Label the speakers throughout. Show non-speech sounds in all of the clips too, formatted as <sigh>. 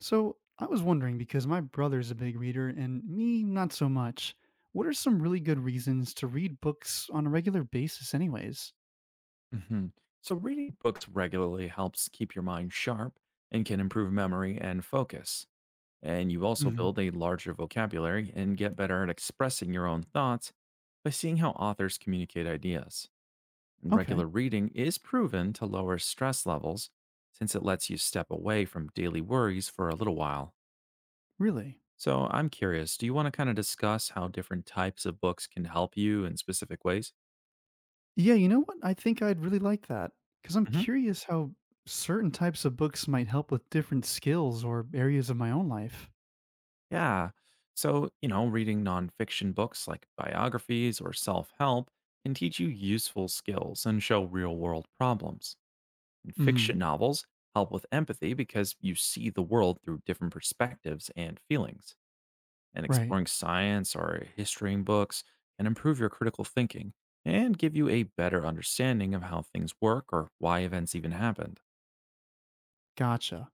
Speaker 1: So I was wondering because my brother's a big reader and me, not so much. What are some really good reasons to read books on a regular basis, anyways?
Speaker 2: Mhm. So, reading books regularly helps keep your mind sharp and can improve memory and focus. And you also
Speaker 1: Hmm.
Speaker 2: build a larger vocabulary and get better at expressing your own thoughts by seeing how authors communicate ideas. And
Speaker 1: Okay.
Speaker 2: regular reading is proven to lower stress levels since it lets you step away from daily worries for a little while.
Speaker 1: Really?
Speaker 2: So, I'm curious, do you want to kind of discuss how different types of books can help you in specific ways?
Speaker 1: Yeah, you know what? I think I'd really like that because I'm curious how certain types of books might help with different skills or areas of my own life.
Speaker 2: Yeah. So, you know, reading nonfiction books like biographies or self help can teach you useful skills and show real world problems. And
Speaker 1: Hmm.
Speaker 2: fiction novels help with empathy because you see the world through different perspectives and feelings. And
Speaker 1: Right.
Speaker 2: exploring science or history in books can improve your critical thinking and give you a better understanding of how things work or why events even happened.
Speaker 1: Gotcha.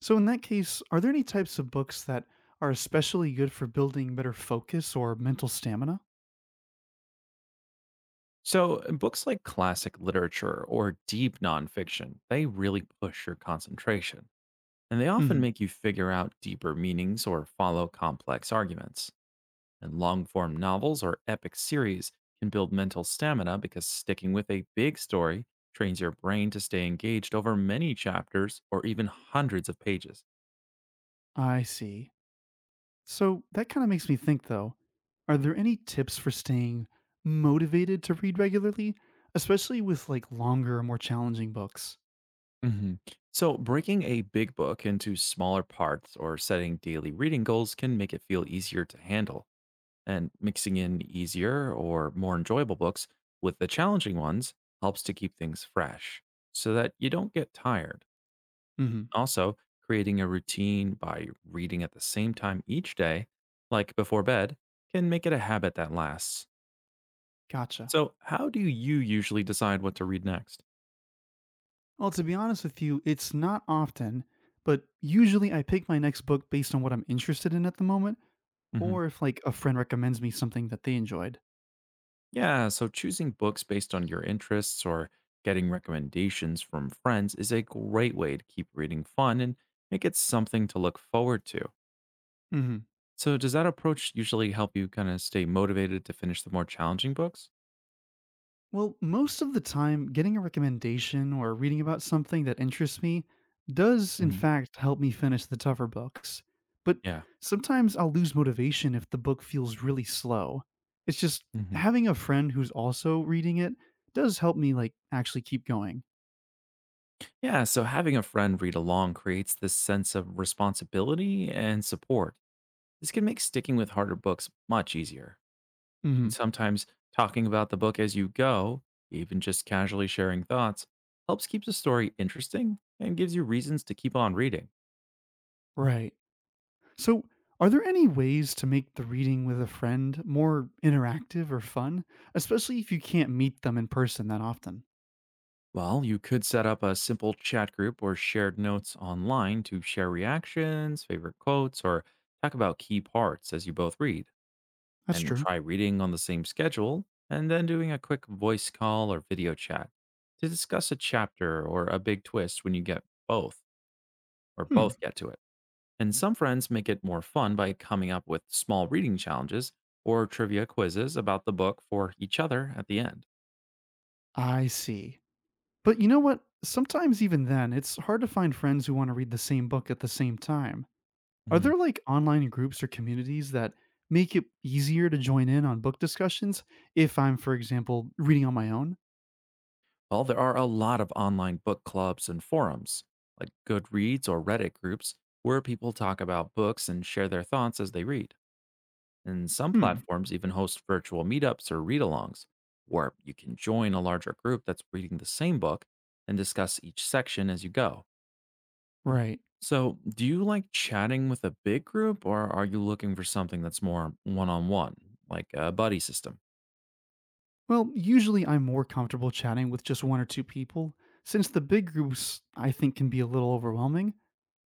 Speaker 1: So, in that case, are there any types of books that are especially good for building better focus or mental stamina?
Speaker 2: So, books like classic literature or deep nonfiction, they really push your concentration, and they often
Speaker 1: Hmm.
Speaker 2: make you figure out deeper meanings or follow complex arguments. And long form novels or epic series can build mental stamina because sticking with a big story trains your brain to stay engaged over many chapters or even hundreds of pages.
Speaker 1: I see. So that kind of makes me think though, are there any tips for staying motivated to read regularly, especially with like longer, more challenging books?
Speaker 2: hmm So, breaking a big book into smaller parts or setting daily reading goals can make it feel easier to handle, and mixing in easier or more enjoyable books with the challenging ones helps to keep things fresh so that you don't get tired.
Speaker 1: Hmm.
Speaker 2: Also, creating a routine by reading at the same time each day, like before bed, can make it a habit that lasts.
Speaker 1: Gotcha.
Speaker 2: So, how do you usually decide what to read next?
Speaker 1: Well, to be honest with you, it's not often, but usually I pick my next book based on what I'm interested in at the moment,
Speaker 2: hmm
Speaker 1: or if like a friend recommends me something that they enjoyed.
Speaker 2: Yeah, so choosing books based on your interests or getting recommendations from friends is a great way to keep reading fun and make it something to look forward to. So does that approach usually help you kind of stay motivated to finish the more challenging books?
Speaker 1: Well, most of the time, getting a recommendation or reading about something that interests me does, in
Speaker 2: Mhm.
Speaker 1: fact, help me finish the tougher books. But
Speaker 2: Yeah.
Speaker 1: sometimes I'll lose motivation if the book feels really slow. It's just
Speaker 2: Mhm.
Speaker 1: having a friend who's also reading it does help me, like, actually keep going.
Speaker 2: Yeah, so having a friend read along creates this sense of responsibility and support. This can make sticking with harder books much easier.
Speaker 1: Hmm.
Speaker 2: And sometimes talking about the book as you go, even just casually sharing thoughts, helps keep the story interesting and gives you reasons to keep on reading.
Speaker 1: Right. So, are there any ways to make the reading with a friend more interactive or fun, especially if you can't meet them in person that often?
Speaker 2: Well, you could set up a simple chat group or shared notes online to share reactions, favorite quotes, or talk about key parts as you both read.
Speaker 1: That's
Speaker 2: And
Speaker 1: true.
Speaker 2: try reading on the same schedule and then doing a quick voice call or video chat to discuss a chapter or a big twist when you get both or
Speaker 1: Hmm.
Speaker 2: both get to it. And some friends make it more fun by coming up with small reading challenges or trivia quizzes about the book for each other at the end.
Speaker 1: I see. But you know what? Sometimes even then, it's hard to find friends who want to read the same book at the same time. Are there like online groups or communities that make it easier to join in on book discussions if I'm, for example, reading on my own?
Speaker 2: Well, there are a lot of online book clubs and forums, like Goodreads or Reddit groups, where people talk about books and share their thoughts as they read. And some
Speaker 1: Hmm,
Speaker 2: platforms even host virtual meetups or read alongs, where you can join a larger group that's reading the same book and discuss each section as you go.
Speaker 1: right.
Speaker 2: So, do you like chatting with a big group, or are you looking for something that's more one on one, like a buddy system?
Speaker 1: Well, usually I'm more comfortable chatting with just one or two people, since the big groups I think can be a little overwhelming.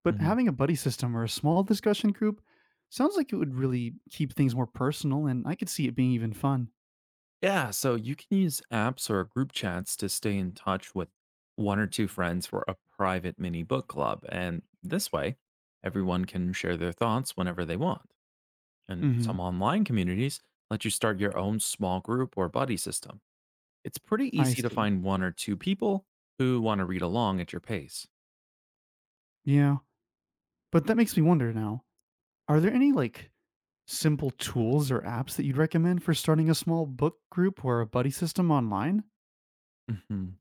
Speaker 1: But having a buddy system or a small discussion group sounds like it would really keep things more personal, and I could see it being even fun.
Speaker 2: Yeah, so you can use apps or group chats to stay in touch with one or two friends for a private mini book club. And this way, everyone can share their thoughts whenever they want. And
Speaker 1: Hmm.
Speaker 2: some online communities let you start your own small group or buddy system. It's pretty
Speaker 1: I
Speaker 2: easy to
Speaker 1: see.
Speaker 2: find one or two people who want to read along at your pace.
Speaker 1: Yeah. But that makes me wonder now, are there any like simple tools or apps that you'd recommend for starting a small book group or a buddy system online?
Speaker 2: Mhm.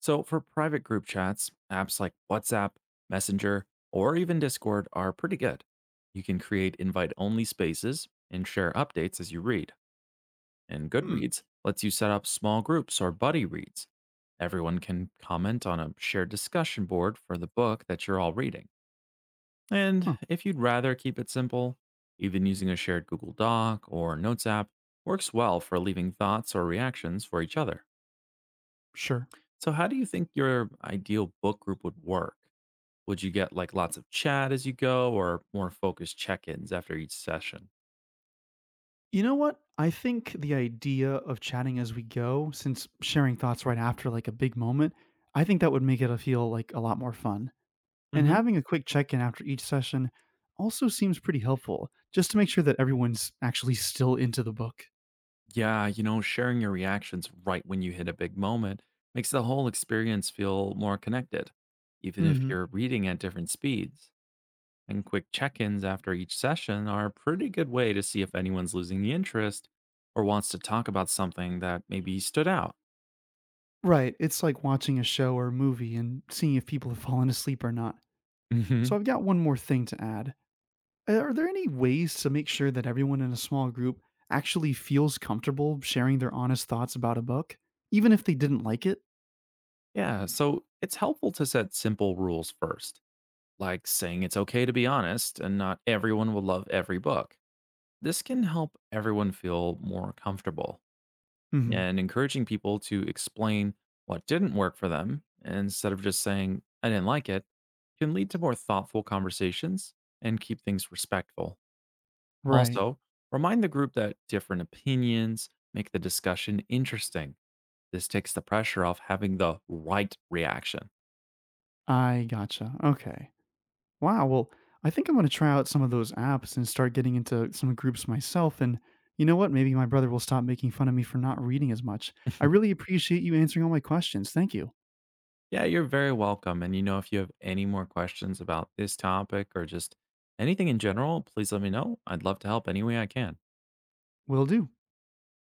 Speaker 2: So, for private group chats, apps like WhatsApp, Messenger, or even Discord are pretty good. You can create invite only spaces and share updates as you read. And
Speaker 1: Hmm.
Speaker 2: Goodreads lets you set up small groups or buddy reads. Everyone can comment on a shared discussion board for the book that you're all reading. And
Speaker 1: Huh.
Speaker 2: if you'd rather keep it simple, even using a shared Google Doc or Notes app works well for leaving thoughts or reactions for each other.
Speaker 1: Sure.
Speaker 2: So, how do you think your ideal book group would work? Would you get like lots of chat as you go or more focused check ins after each session?
Speaker 1: You know what? I think the idea of chatting as we go, since sharing thoughts right after like a big moment, I think that would make it a feel like a lot more fun. And
Speaker 2: hmm
Speaker 1: having a quick check-in after each session also seems pretty helpful, just to make sure that everyone's actually still into the book.
Speaker 2: Yeah, you know, sharing your reactions right when you hit a big moment makes the whole experience feel more connected, even
Speaker 1: Mm.
Speaker 2: if
Speaker 1: Mhm.
Speaker 2: you're reading at different speeds. And quick check ins after each session are a pretty good way to see if anyone's losing the interest or wants to talk about something that maybe stood out.
Speaker 1: Right, it's like watching a show or a movie and seeing if people have fallen asleep or not. So
Speaker 2: hmm
Speaker 1: I've got one more thing to add. Are there any ways to make sure that everyone in a small group actually feels comfortable sharing their honest thoughts about a book, even if they didn't like it?
Speaker 2: Yeah, so it's helpful to set simple rules first, like saying it's okay to be honest and not everyone will love every book. This can help everyone feel more comfortable
Speaker 1: Hmm.
Speaker 2: and encouraging people to explain what didn't work for them instead of just saying, I didn't like it, can lead to more thoughtful conversations and keep things respectful.
Speaker 1: Right.
Speaker 2: Also, remind the group that different opinions make the discussion interesting. This takes the pressure off having the right reaction.
Speaker 1: I gotcha. Okay. Wow. Well, I think I'm going to try out some of those apps and start getting into some groups myself. And you know what? Maybe my brother will stop making fun of me for not reading as much. I
Speaker 2: <laughs>
Speaker 1: really appreciate you answering all my questions. Thank you.
Speaker 2: Yeah, you're very welcome. And you know, if you have any more questions about this topic or just anything in general, please let me know. I'd love to help any way I can.
Speaker 1: Will do.